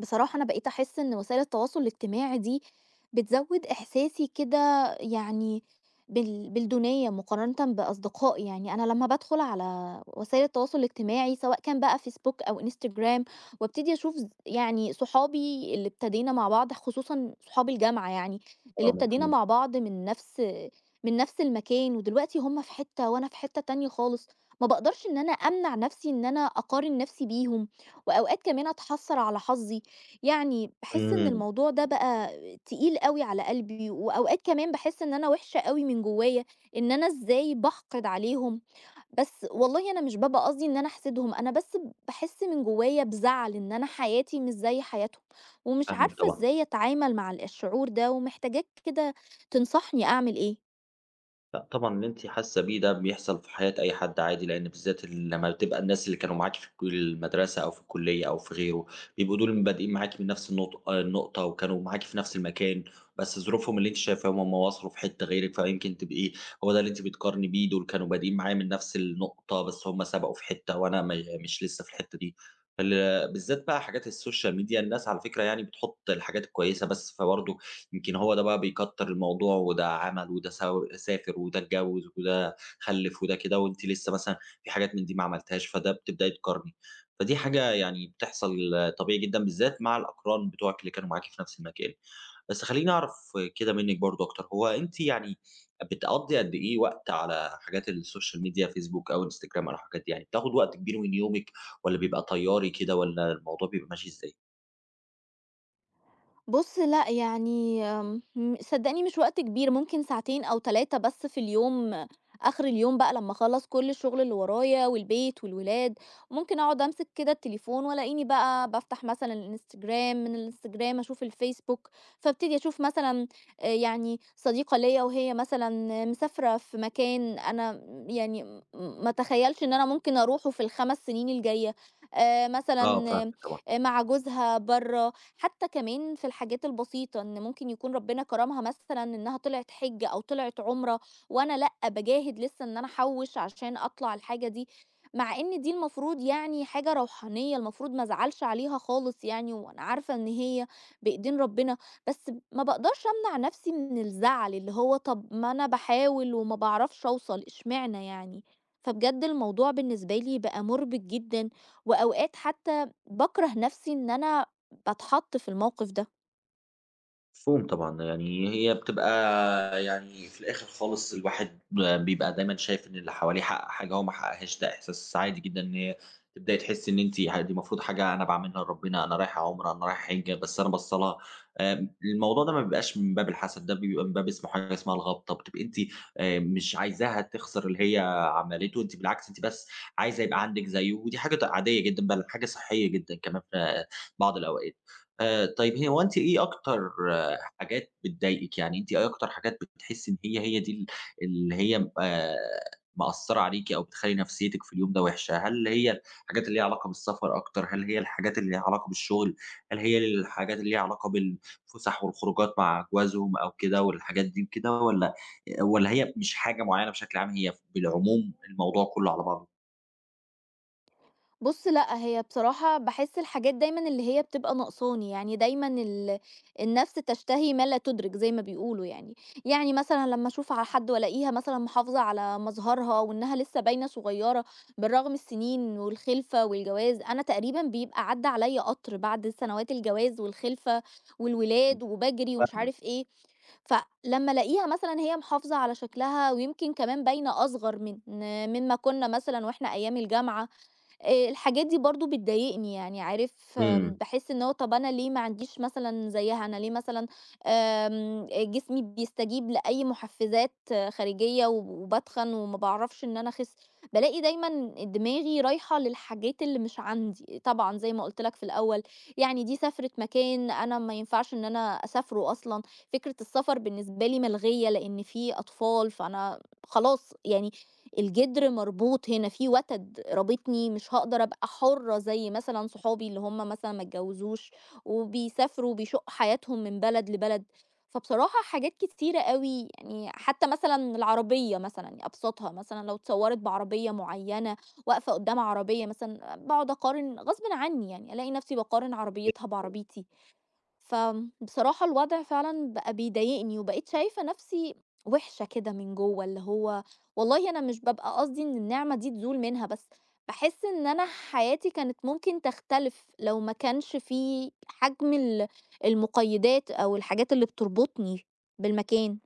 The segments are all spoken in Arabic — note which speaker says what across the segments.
Speaker 1: بصراحة أنا بقيت أحس إن وسائل التواصل الاجتماعي دي بتزود إحساسي كده يعني بالدونية مقارنة بأصدقائي. يعني أنا لما بدخل على وسائل التواصل الاجتماعي سواء كان بقى فيسبوك أو انستجرام وابتدي أشوف يعني صحابي اللي ابتدينا مع بعض خصوصا صحاب الجامعة يعني اللي
Speaker 2: آه،
Speaker 1: ابتدينا
Speaker 2: مفهوم.
Speaker 1: مع بعض من نفس المكان، ودلوقتي هم في حتة وأنا في حتة تانية خالص. ما بقدرش إن أنا أمنع نفسي إن أنا أقارن نفسي بيهم، وأوقات كمان أتحسر على حظي. يعني باحس إن
Speaker 2: إمم.
Speaker 1: الموضوع ده بقى تقيل أوي على قلبي، وأوقات كمان باحس إن أنا وِحشة أوي من جوايا، إن أنا إزاي باحقد عليهم، بس والله أنا مش بابقى قصدي إن أنا أحسدهم، أنا بس باحس من جوايا بزعل إن أنا حياتي مش زي حياتهم، ومش
Speaker 2: فاهمِك
Speaker 1: عارفة
Speaker 2: طبعًا.
Speaker 1: إزاي أتعامل مع الشعور ده، ومحتاجاك كده تنصحني أعمل إيه.
Speaker 2: لأ طبعًا اللي أنتِ حاسة بيه ده بيحصل في حياة أي حد، عادي، لأن بالذات لمّا بتبقى الناس اللي كانوا معاكِ في المدرسة أو في الكلية أو في غيره، بيبقوا دول بادئين معاكِ من نفس النقطة وكانوا معاكِ في نفس المكان، بس ظروفهم اللي أنتِ شايفاهم هُم وصلوا في حتة غيرِك، فيمكن تبقي إيه، هو ده اللي أنتِ بتقارني بيه، دول كانوا بادئين معايا من نفس النقطة بس هُم سبقوا في حتة وأنا ما مش لسه في الحتة دي. فال بالذات بقى حاجات السوشيال ميديا، الناس على فكرة يعني بتحط الحاجات الكويسة بس، فبرضه يمكن هو ده بقى بيكتر الموضوع، وده عمل، وده سافر، وده اتجوّز، وده خلّف، وده كده، وأنتِ لسه مثلًا في حاجات من دي ما عملتيهاش، فده بتبدئي تقارني. فدي حاجة يعني بتحصل طبيعي جدًا، بالذات مع الأقران بتوعِك اللي كانوا معاكِ في نفس المكان. بس خلّيني أعرف كده منِّك برضه أكتر، هو أنتِ يعني بتقضّي قد إيه وقت على حاجات السوشيال ميديا، فيسبوك أو إنستجرام أو الحاجات دي؟ يعني بتاخد وقت كبير من يومِك والّا بيبقى طياري كده والّا الموضوع بيبقى ماشي إزاي؟
Speaker 1: بُص لأ، يعني صدّقني مش وقت كبير، ممكن ساعتين أو 3 بس في اليوم. آخر اليوم بقى لمّا أخلّص كل الشغل اللي ورايا والبيت والولاد، ممكن أقعد أمسك كده التليفون وألاقيني بقى بافتح مثلًا الإنستجرام، من الإنستجرام أشوف الفيسبوك، فابتدي أشوف مثلًا يعني صديقة ليّا وهي مثلًا مسافرة في مكان أنا يعني ما أتخيّلش إن أنا ممكن أروحه في ال5 سنين الجاية،
Speaker 2: آه، فاهمِك
Speaker 1: مثلًا
Speaker 2: طبعًا.
Speaker 1: مع جوزها برّه. حتى كمان في الحاجات البسيطة إن ممكن يكون ربنا كرمها مثلًا إنها طلعت حِجّة أو طلعت عُمرة، وأنا لأ، باجاهد لسه إن أنا أحوّش عشان أطلع الحاجة دي، مع إن دي المفروض يعني حاجة روحانية المفروض ما أزعلش عليها خالص يعني، وأنا عارفة إن هي بإيدين ربنا، بس ما باقدرش أمنع نفسي من الزعل. اللي هو طَب ما أنا باحاول وما باعرفش أوصل، إشمعنى يعني؟ فبجد الموضوع بالنسبة لي بقى مُربِك جدًا، وأوقات حتى باكره نفسي إن أنا باتحط في الموقف ده.
Speaker 2: مفهوم طبعًا، يعني هي بتبقى يعني في الآخر خالص الواحد بيبقى دايمًا شايف إن اللي حواليه حقق حاجة هو ما حققهاش، ده إحساس عادي جدًا إن هي تبدأي تحسي إن أنتِ دي المفروض حاجة أنا باعملها لربنا، أنا رايح عُمرة، أنا رايح حِجّة، بس أنا باصّة لها. الموضوع ده ما بيبقاش من باب الحسد، ده بيبقى من باب اسمه حاجة اسمها الغبطة، بتبقي أنتِ مش عايزاها تخسر اللي هي عملته، أنتِ بالعكس أنتِ بس عايزة يبقى عندِك زيه، ودي حاجة عادية جدًا، بل حاجة صحية جدًا كمان في بعض الأوقات. طيب هو أنتِ إيه أكتر حاجات بتضايقِك، يعني أنتِ إيه أكتر حاجات بتحسّي إن هي دي ال اللي هي مأثّرة عليكِ أو بتخلّي نفسيتِك في اليوم ده وِحشة؟ هل هي الحاجات اللي ليها علاقة بالسفر أكتر، هل هي الحاجات اللي ليها علاقة بالشغل، هل هي الحاجات اللي ليها علاقة بالفُسح والخروجات مع جوازهم أو كده والحاجات دي وكده، والّا هي مش حاجة معيّنة بشكل عام، هي بالعموم الموضوع كُلّه على بعضه؟
Speaker 1: بُص لأ، هي بصراحة باحس الحاجات دايمًا اللي هي بتبقى ناقصاني، يعني دايمًا ال النَفْس تشتهي ما لا تُدرِك زي ما بيقولوا يعني. يعني مثلًا لمّا أشوف على حد وألاقيها مثلًا محافظة على مظهرها وإنها لسه باينة صغيّرة بالرغم السِنين والخِلفة والجواز، أنا تقريبًا بيبقى عدّى عليّا قطر بعد سنوات الجواز والخِلفة والولاد وباجري ومش
Speaker 2: فاهمك.
Speaker 1: عارف إيه. فلمّا ألاقيها مثلًا هي محافظة على شكلها ويمكن كمان باينة أصغر من مما كُنّا مثلًا وإحنا أيام الجامعة، الحاجات دي برضه بتضايقني يعني عارف،
Speaker 2: إمم.
Speaker 1: باحس إن هو طَب أنا ليه ما عنديش مثلًا زيها، أنا ليه مثلًا جسمي بيستجيب لأي محفزات آه، خارجية وباتخن وما باعرفش إن أنا أخس، بالاقي دايمًا دماغي رايحة للحاجات اللي مش عندي، طبعًا زي ما قُلت لك في الأول. يعني دي سفرة مكان أنا ما ينفعش إن أنا أسافره أصلًا، فكرة السفر بالنسبة لي ملغية لإن في أطفال، فأنا خلاص يعني الجدر مربوط هنا، في وتد رابطني، مش هاقدر أبقى حرة زي مثلًا صحابي اللي هم مثلًا ما اتجوزوش وبيسافروا وبيشقوا حياتهم من بلد لبلد. فبصراحة حاجات كتيرة أوي يعني، حتى مثلًا العربية مثلًا يعني أبسطها، مثلًا لو اتصوّرت بعربية معيّنة واقفة قدّام عربية مثلًا، باقعد أقارن غصبٍ عني يعني، ألاقي نفسي باقارن عربيتها بعربيتي. فبصراحة الوضع فعلًا بقى بيضايقني، وبقيت شايفة نفسي وِحشة كده من جوّه. اللي هو والله أنا مش بابقى قصدي إن النعمة دي تزول منها، بس باحس إن أنا حياتي كانت ممكن تختلف لو ما كانش في حجم المقيدات أو الحاجات اللي بتربطني بالمكان.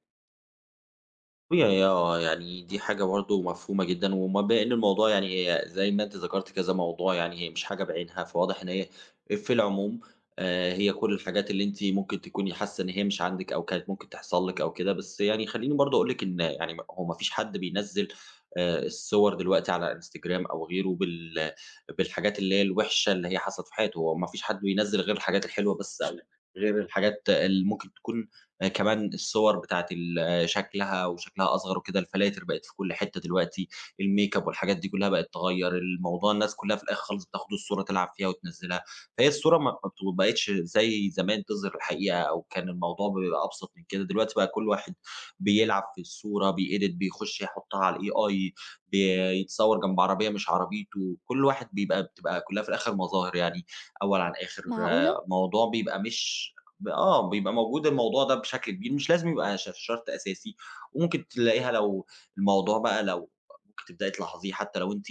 Speaker 2: طبيعي، آه، يعني دي حاجة برضه مفهومة جدًا، بما إن الموضوع يعني هي زي ما أنتِ ذكرتِ كذا موضوع يعني هي مش حاجة بعينها، فواضح إن هي في العموم هي كل الحاجات اللي أنتِ ممكن تكوني حاسة إن هي مش عندِك أو كانت ممكن تحصل لِك أو كده، بس يعني خلّيني برضه أقول لِك إن يعني هو ما فيش حد بينزّل الصور دلوقتي على إنستجرام أو غيره بالحاجات اللي هي الوحشة اللي هي حصلت في حياته، هو ما فيش حد بينزّل غير الحاجات الحلوة بس، أو غير الحاجات اللي ممكن تكون كمان الصور بتاعة ال شكلها أصغر وكده، الفلاتر بقت في كل حتّة دلوقتي، الmakeup والحاجات دي كلّها بقت تغيّر الموضوع، الناس كلّها في الآخر خالص بتاخد الصورة تلعب فيها وتنزّلها، فهي الصورة ما بقتش زي زمان تظهر الحقيقة، أو كان الموضوع بيبقى أبسط من كده، دلوقتي بقى كل واحد بيلعب في الصورة، بيedit، بيخش يحطها على الAI، بيتصوّر جنب عربية مش عربيته، كل واحد بتبقى كلّها في الآخر مظاهر، يعني أول عن آخر،
Speaker 1: معقولة!
Speaker 2: آه، موضوع بيبقى مش ب آه، بيبقى موجود الموضوع ده بشكل كبير، مش لازم يبقى شرط أساسي، وممكن تلاقيها لو الموضوع بقى لو ممكن تبدئي تلاحظيه حتى لو أنتِ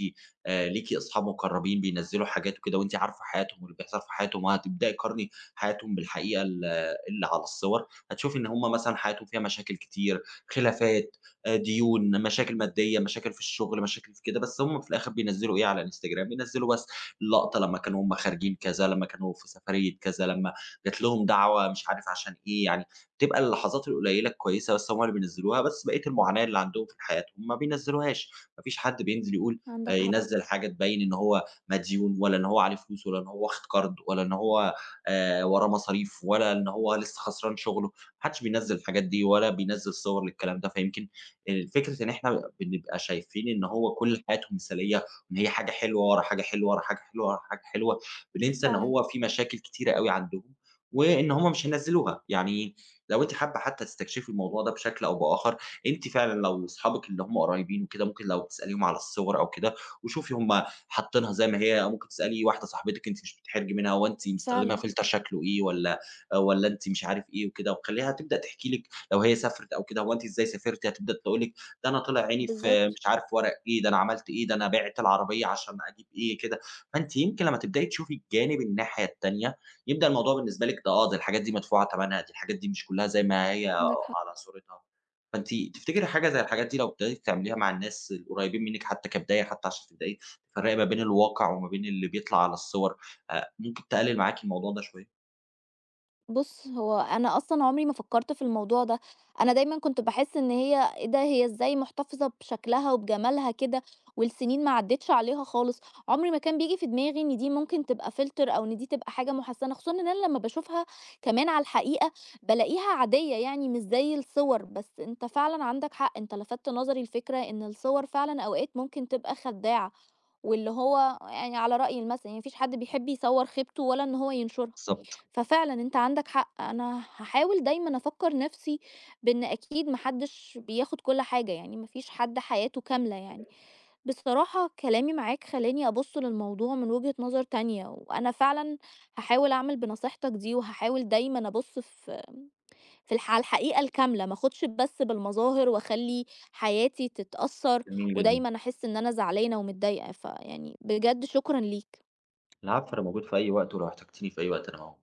Speaker 2: ليكِ أصحاب مقربين بينزّلوا حاجات وكده، وأنتِ عارفة حياتهم واللي بيحصل في حياتهم، وهتبدئي تقارني حياتهم بالحقيقة اللي على الصور، هتشوفي إن هم مثلًا حياتهم فيها مشاكل كتير، خلافات، ديون، مشاكل مادية، مشاكل في الشغل، مشاكل في كده، بس هم في الآخر بينزّلوا إيه على الإنستجرام، بينزّلوا بس اللقطة لمّا كانوا هم خارجين كذا، لمّا كانوا في سفرية كذا، لمّا جات لهم دعوة مش عارف عشان إيه، يعني بتبقى اللحظات القليّلة الكويسة بس هُم اللي بينزّلوها، بس بقية المعاناة اللي عندهم في حياتهم ما بينزّلوهاش، ما فيش حد بينزل يقول
Speaker 1: عندك حق،
Speaker 2: ينزّل حاجة تبيّن إن هو مديون، ولا إن هو عليه فلوس، ولا إن هو واخد قرض، ولا إن هو وراه مصاريف، ولا إن هو لسه خسران شغله، ما حدش بينزّل الحاجات دي ولا بينزّل صور للكلام ده، فيمكن فكرة إن إحنا بنبقى شايفين إن هو كل حياته مثالية، وإن هي حاجة حلوة ورا حاجة حلوة ورا حاجة حلوة ورا حاجة حلوة، بننسى إن
Speaker 1: فعلًا،
Speaker 2: هو في مشاكل كتيرة أوي عندهم، وإن هم مش هينزّلوها. يعني لو أنتِ حابة حتى تستكشفي الموضوع ده بشكل أو بآخر، أنتِ فعلًا لو صحابِك اللي هم قريبين وكده، ممكن لو تسأليهم على الصور أو كده، وشوفي هم حاطينها زي ما هي، أو ممكن تسألي واحدة صاحبتِك أنتِ مش بتحرجي منها، هو أنتِ مستخدمة
Speaker 1: فعلًا،
Speaker 2: فلتر شكله إيه، والّا أنتِ مش عارف إيه وكده، وخلّيها تبدأ تحكي لِك لو هي سافرت أو كده، هو أنتِ إزاي سافرتِ؟ هتبدأ تقول لِك ده أنا طلع عيني في
Speaker 1: بالضبط،
Speaker 2: مش عارف ورق إيه، ده أنا عملت إيه، ده أنا بِعت العربية عشان أجيب إيه كده، فأنتِ يمكن لمّا تبدئي تشوفي الناحية التانية، يبدأ الموضوع بالنسبة لِك ده، آه، ده الحاجات دي مدفوعة تمنها، دي الحاجات دي مش كلّها زي ما هي
Speaker 1: عندك حق.
Speaker 2: على صورتها، فأنتِ تفتكري حاجة زي الحاجات دي لو ابتديتِ تعمليها مع الناس القريبين منِك حتى كبداية، حتى عشان تبدئي تفرّقي ما بين الواقع وما بين اللي بيطلع على الصور، ممكن تقلل معاكِ الموضوع ده شوية؟
Speaker 1: بُص، هو أنا أصلًا عمري ما فكّرت في الموضوع ده، أنا دايمًا كنت باحس إن هي إيه ده، هي إزاي محتفظة بشكلها وبجمالها كده، والسنين ما عدّتش عليها خالص، عمري ما كان بييجي في دماغي إن دي ممكن تبقى فلتر أو إن دي تبقى حاجة مُحسّنة، خصوصًا إن أنا لمّا باشوفها كمان على الحقيقة بالاقيها عادية يعني مش زي الصور. بس أنت فعلًا عندك حق، أنت لفتت نظري لفكرة إن الصور فعلًا أوقات ممكن تبقى خدّاعة، واللي هو يعني على رأي المثل يعني ما فيش حد بيحب يصوّر خيبته ولا إن هو ينشرها.
Speaker 2: بالضبط.
Speaker 1: ففعلًا أنت عندك حق، أنا هاحاول دايمًا أفكّر نَفْسي بإن أكيد ما حدّش بياخُد كل حاجة، يعني ما فيش حد حياته كاملة يعني. بصراحة كلامي معاك خلّاني أبُص للموضوع من وجهة نظر تانية، وأنا فعلًا هاحاول أعمل بنصيحتك دي، وهاحاول دايمًا أبُص في في الح على الحقيقة الكاملة، ما آخُدش بس بالمظاهر وأخلّي حياتي تتأثّر،
Speaker 2: جميل جدًا.
Speaker 1: ودايمًا أحس إن أنا زعلانة ومتضايقة. فيعني بجد شكرًا ليك.
Speaker 2: العفو، أنا موجود في أي وقت، ولو احتجتيني في أي وقت أنا موجود.